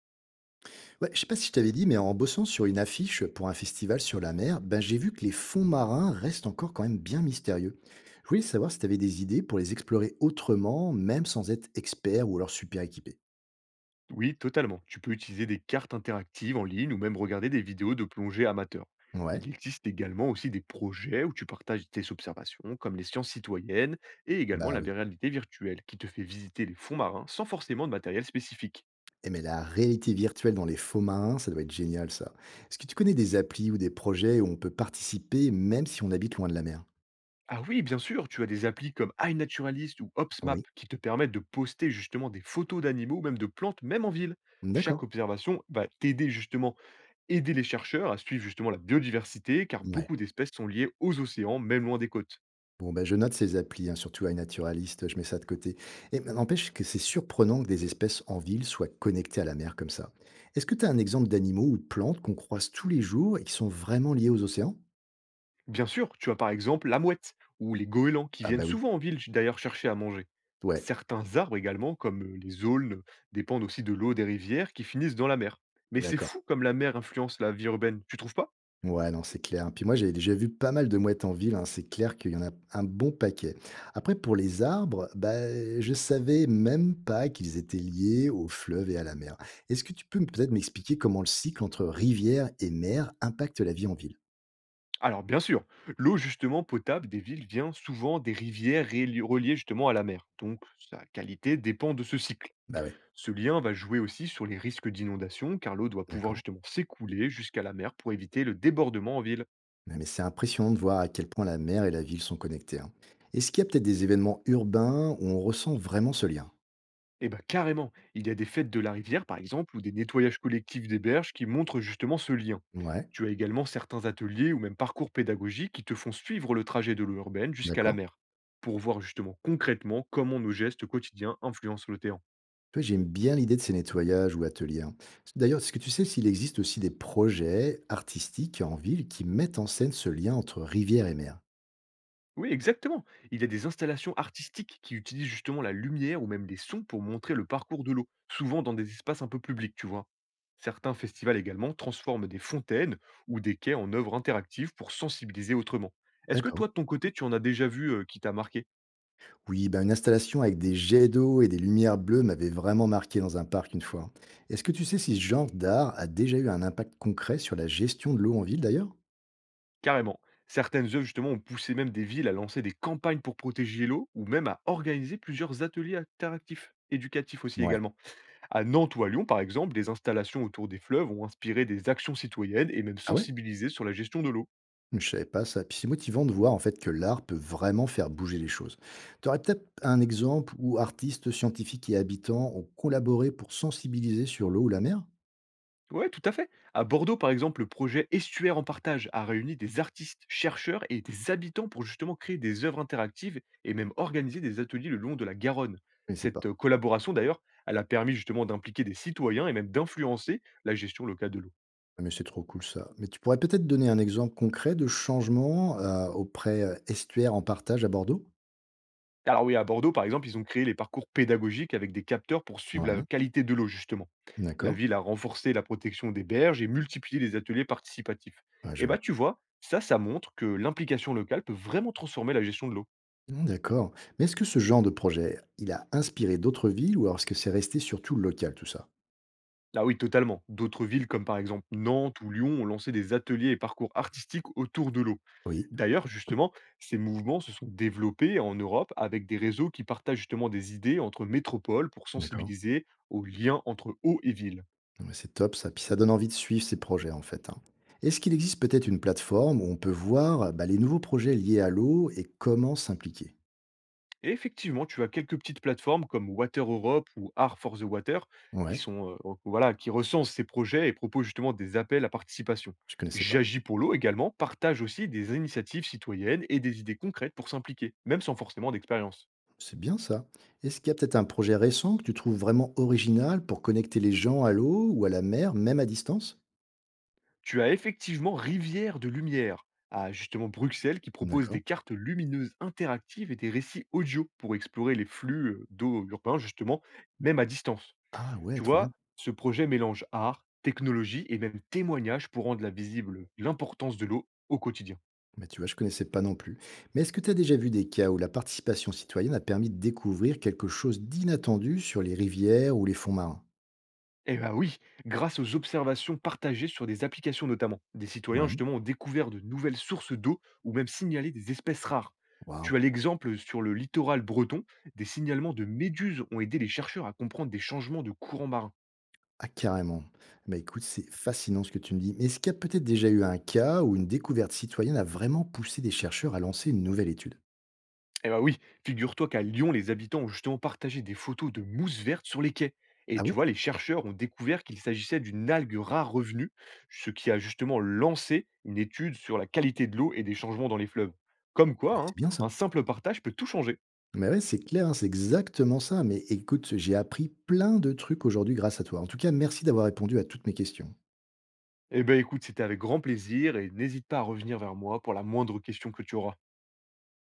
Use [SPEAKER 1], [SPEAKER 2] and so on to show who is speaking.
[SPEAKER 1] Ouais, je sais pas si je t'avais dit, mais en bossant sur une affiche pour un festival sur la mer, ben j'ai vu que les fonds marins restent encore quand même bien mystérieux. Je voulais savoir si tu avais des idées pour les explorer autrement, même sans être expert ou alors super équipé.
[SPEAKER 2] Oui, totalement. Tu peux utiliser des cartes interactives en ligne ou même regarder des vidéos de plongée amateurs.
[SPEAKER 1] Ouais,
[SPEAKER 2] Il existe également aussi des projets où tu partages tes observations, comme les sciences citoyennes et également
[SPEAKER 1] bah
[SPEAKER 2] la
[SPEAKER 1] oui.
[SPEAKER 2] réalité virtuelle, qui te fait visiter les fonds marins sans forcément de matériel spécifique.
[SPEAKER 1] Mais la réalité virtuelle dans les fonds marins, ça doit être génial ça. Est-ce que tu connais des applis ou des projets où on peut participer même si on habite loin de la mer?
[SPEAKER 2] Ah oui, bien sûr, tu as des applis comme iNaturalist ou Opsmap
[SPEAKER 1] Oui.
[SPEAKER 2] qui te permettent de poster justement des photos d'animaux ou même de plantes, même en ville.
[SPEAKER 1] D'accord.
[SPEAKER 2] Chaque observation va t'aider justement aider les chercheurs à suivre justement la biodiversité, car
[SPEAKER 1] Ouais.
[SPEAKER 2] beaucoup d'espèces sont liées aux océans, même loin des côtes.
[SPEAKER 1] Bon, ben, je note ces applis, hein, surtout iNaturalist, je mets ça de côté. Et ben, n'empêche que c'est surprenant que des espèces en ville soient connectées à la mer comme ça. Est-ce que tu as un exemple d'animaux ou de plantes qu'on croise tous les jours et qui sont vraiment liés aux océans?
[SPEAKER 2] Bien sûr, tu as par exemple la mouette ou les goélands qui
[SPEAKER 1] Ah
[SPEAKER 2] viennent
[SPEAKER 1] bah oui,
[SPEAKER 2] souvent en ville d'ailleurs chercher à manger.
[SPEAKER 1] ouais,
[SPEAKER 2] Certains arbres également, comme les aulnes, dépendent aussi de l'eau des rivières qui finissent dans la mer. Mais c'est
[SPEAKER 1] d'accord.
[SPEAKER 2] fou comme la mer influence la vie urbaine, tu trouves pas?
[SPEAKER 1] Ouais, non, c'est clair. Puis moi, j'ai déjà vu pas mal de mouettes en ville, hein, c'est clair qu'il y en a un bon paquet. Après, pour les arbres, bah, je savais même pas qu'ils étaient liés aux fleuves et à la mer. Est-ce que tu peux peut-être m'expliquer comment le cycle entre rivière et mer impacte la vie en ville?
[SPEAKER 2] Alors bien sûr, l'eau justement potable des villes vient souvent des rivières reliées justement à la mer, donc sa qualité dépend de ce cycle.
[SPEAKER 1] Bah ouais.
[SPEAKER 2] Ce lien va jouer aussi sur les risques d'inondation car l'eau doit pouvoir
[SPEAKER 1] D'accord.
[SPEAKER 2] justement s'écouler jusqu'à la mer pour éviter le débordement en ville.
[SPEAKER 1] Ouais, mais c'est impressionnant de voir à quel point la mer et la ville sont connectées, hein. Est-ce qu'il y a peut-être des événements urbains où on ressent vraiment ce lien?
[SPEAKER 2] Eh ben carrément. Il y a des fêtes de la rivière, par exemple, ou des nettoyages collectifs des berges qui montrent justement ce lien.
[SPEAKER 1] Ouais.
[SPEAKER 2] Tu as également certains ateliers ou même parcours pédagogiques qui te font suivre le trajet de l'eau urbaine jusqu'à la
[SPEAKER 1] D'accord.
[SPEAKER 2] mer, pour voir justement concrètement comment nos gestes quotidiens influencent l'océan.
[SPEAKER 1] Tu vois, j'aime bien l'idée de ces nettoyages ou ateliers, hein. D'ailleurs, est-ce que tu sais s'il existe aussi des projets artistiques en ville qui mettent en scène ce lien entre rivière et mer?
[SPEAKER 2] Oui, exactement. Il y a des installations artistiques qui utilisent justement la lumière ou même des sons pour montrer le parcours de l'eau, souvent dans des espaces un peu publics, tu vois. Certains festivals également transforment des fontaines ou des quais en œuvres interactives pour sensibiliser autrement. Est-ce que
[SPEAKER 1] D'accord.
[SPEAKER 2] toi, de ton côté, tu en as déjà vu qui t'a marqué?
[SPEAKER 1] Oui, ben une installation avec des jets d'eau et des lumières bleues m'avait vraiment marqué dans un parc une fois, hein. Est-ce que tu sais si ce genre d'art a déjà eu un impact concret sur la gestion de l'eau en ville d'ailleurs?
[SPEAKER 2] Carrément. Certaines œuvres, justement, ont poussé même des villes à lancer des campagnes pour protéger l'eau ou même à organiser plusieurs ateliers interactifs, éducatifs aussi
[SPEAKER 1] Ouais.
[SPEAKER 2] également. À Nantes ou à Lyon, par exemple, des installations autour des fleuves ont inspiré des actions citoyennes et même
[SPEAKER 1] Ah ouais,
[SPEAKER 2] sensibilisé sur la gestion de l'eau.
[SPEAKER 1] je savais pas ça. Puis c'est motivant de voir en fait que l'art peut vraiment faire bouger les choses. Tu aurais peut-être un exemple où artistes, scientifiques et habitants ont collaboré pour sensibiliser sur l'eau ou la mer?
[SPEAKER 2] Ouais, tout à fait. À Bordeaux, par exemple, le projet Estuaire en partage a réuni des artistes, chercheurs et des habitants pour justement créer des œuvres interactives et même organiser des ateliers le long de la Garonne.
[SPEAKER 1] Je ne sais
[SPEAKER 2] Cette
[SPEAKER 1] pas.
[SPEAKER 2] collaboration, d'ailleurs, elle a permis justement d'impliquer des citoyens et même d'influencer la gestion locale de l'eau.
[SPEAKER 1] Ah, mais c'est trop cool ça. Mais tu pourrais peut-être donner un exemple concret de changement auprès Estuaire en partage à Bordeaux?
[SPEAKER 2] Alors oui, à Bordeaux, par exemple, ils ont créé les parcours pédagogiques avec des capteurs pour suivre la
[SPEAKER 1] Ouais,
[SPEAKER 2] qualité de l'eau, justement. La
[SPEAKER 1] d'accord.
[SPEAKER 2] ville a renforcé la protection des berges et multiplié les ateliers participatifs.
[SPEAKER 1] Ouais, je
[SPEAKER 2] Et
[SPEAKER 1] vois.
[SPEAKER 2] bah tu vois, ça montre que l'implication locale peut vraiment transformer la gestion de l'eau.
[SPEAKER 1] Hmm, d'accord. Mais est-ce que ce genre de projet, il a inspiré d'autres villes ou alors est-ce que c'est resté surtout local tout ça?
[SPEAKER 2] Ah oui, totalement. D'autres villes comme par exemple Nantes ou Lyon ont lancé des ateliers et parcours artistiques autour de l'eau.
[SPEAKER 1] Oui,
[SPEAKER 2] D'ailleurs, justement, ces mouvements se sont développés en Europe avec des réseaux qui partagent justement des idées entre métropoles pour
[SPEAKER 1] d'accord.
[SPEAKER 2] sensibiliser aux liens entre eau et ville.
[SPEAKER 1] Ouais, c'est top ça. Puis ça donne envie de suivre ces projets en fait, hein. Est-ce qu'il existe peut-être une plateforme où on peut voir bah, les nouveaux projets liés à l'eau et comment s'impliquer?
[SPEAKER 2] Et effectivement, tu as quelques petites plateformes comme Water Europe ou Art for the Water qui
[SPEAKER 1] Ouais,
[SPEAKER 2] sont, voilà, qui recensent ces projets et proposent justement des appels à participation.
[SPEAKER 1] je connaissais pas.
[SPEAKER 2] J'agis pour l'eau également partage aussi des initiatives citoyennes et des idées concrètes pour s'impliquer, même sans forcément d'expérience.
[SPEAKER 1] C'est bien ça. Est-ce qu'il y a peut-être un projet récent que tu trouves vraiment original pour connecter les gens à l'eau ou à la mer, même à distance?
[SPEAKER 2] Tu as effectivement Rivière de lumière à justement Bruxelles qui propose
[SPEAKER 1] D'accord.
[SPEAKER 2] des cartes lumineuses interactives et des récits audio pour explorer les flux, d'eau urbains justement, même à distance.
[SPEAKER 1] Ah ouais,
[SPEAKER 2] Tu
[SPEAKER 1] trop bien.
[SPEAKER 2] vois, ce projet mélange art, technologie et même témoignage pour rendre la visible l'importance de l'eau au quotidien.
[SPEAKER 1] Mais tu vois, je connaissais pas non plus. Mais est-ce que tu as déjà vu des cas où la participation citoyenne a permis de découvrir quelque chose d'inattendu sur les rivières ou les fonds marins?
[SPEAKER 2] Eh ben oui, grâce aux observations partagées sur des applications notamment. Des citoyens
[SPEAKER 1] Ouais.
[SPEAKER 2] justement ont découvert de nouvelles sources d'eau ou même signalé des espèces rares.
[SPEAKER 1] Waouh.
[SPEAKER 2] Tu as l'exemple sur le littoral breton, des signalements de méduses ont aidé les chercheurs à comprendre des changements de courants marins.
[SPEAKER 1] Ah carrément. Bah, écoute, c'est fascinant ce que tu me dis. Mais est-ce qu'il y a peut-être déjà eu un cas où une découverte citoyenne a vraiment poussé des chercheurs à lancer une nouvelle étude?
[SPEAKER 2] Eh ben oui, figure-toi qu'à Lyon, les habitants ont justement partagé des photos de mousse verte sur les quais.
[SPEAKER 1] Ah
[SPEAKER 2] Et tu
[SPEAKER 1] ouais?
[SPEAKER 2] vois, les chercheurs ont découvert qu'il s'agissait d'une algue rare revenue, ce qui a justement lancé une étude sur la qualité de l'eau et des changements dans les fleuves. Comme
[SPEAKER 1] Mais
[SPEAKER 2] quoi,
[SPEAKER 1] c'est
[SPEAKER 2] hein,
[SPEAKER 1] bien ça.
[SPEAKER 2] un simple partage peut tout changer.
[SPEAKER 1] Mais ouais, c'est clair, hein, c'est exactement ça. Mais écoute, j'ai appris plein de trucs aujourd'hui grâce à toi. En tout cas, merci d'avoir répondu à toutes mes questions.
[SPEAKER 2] Eh ben écoute, c'était avec grand plaisir et n'hésite pas à revenir vers moi pour la moindre question que tu auras.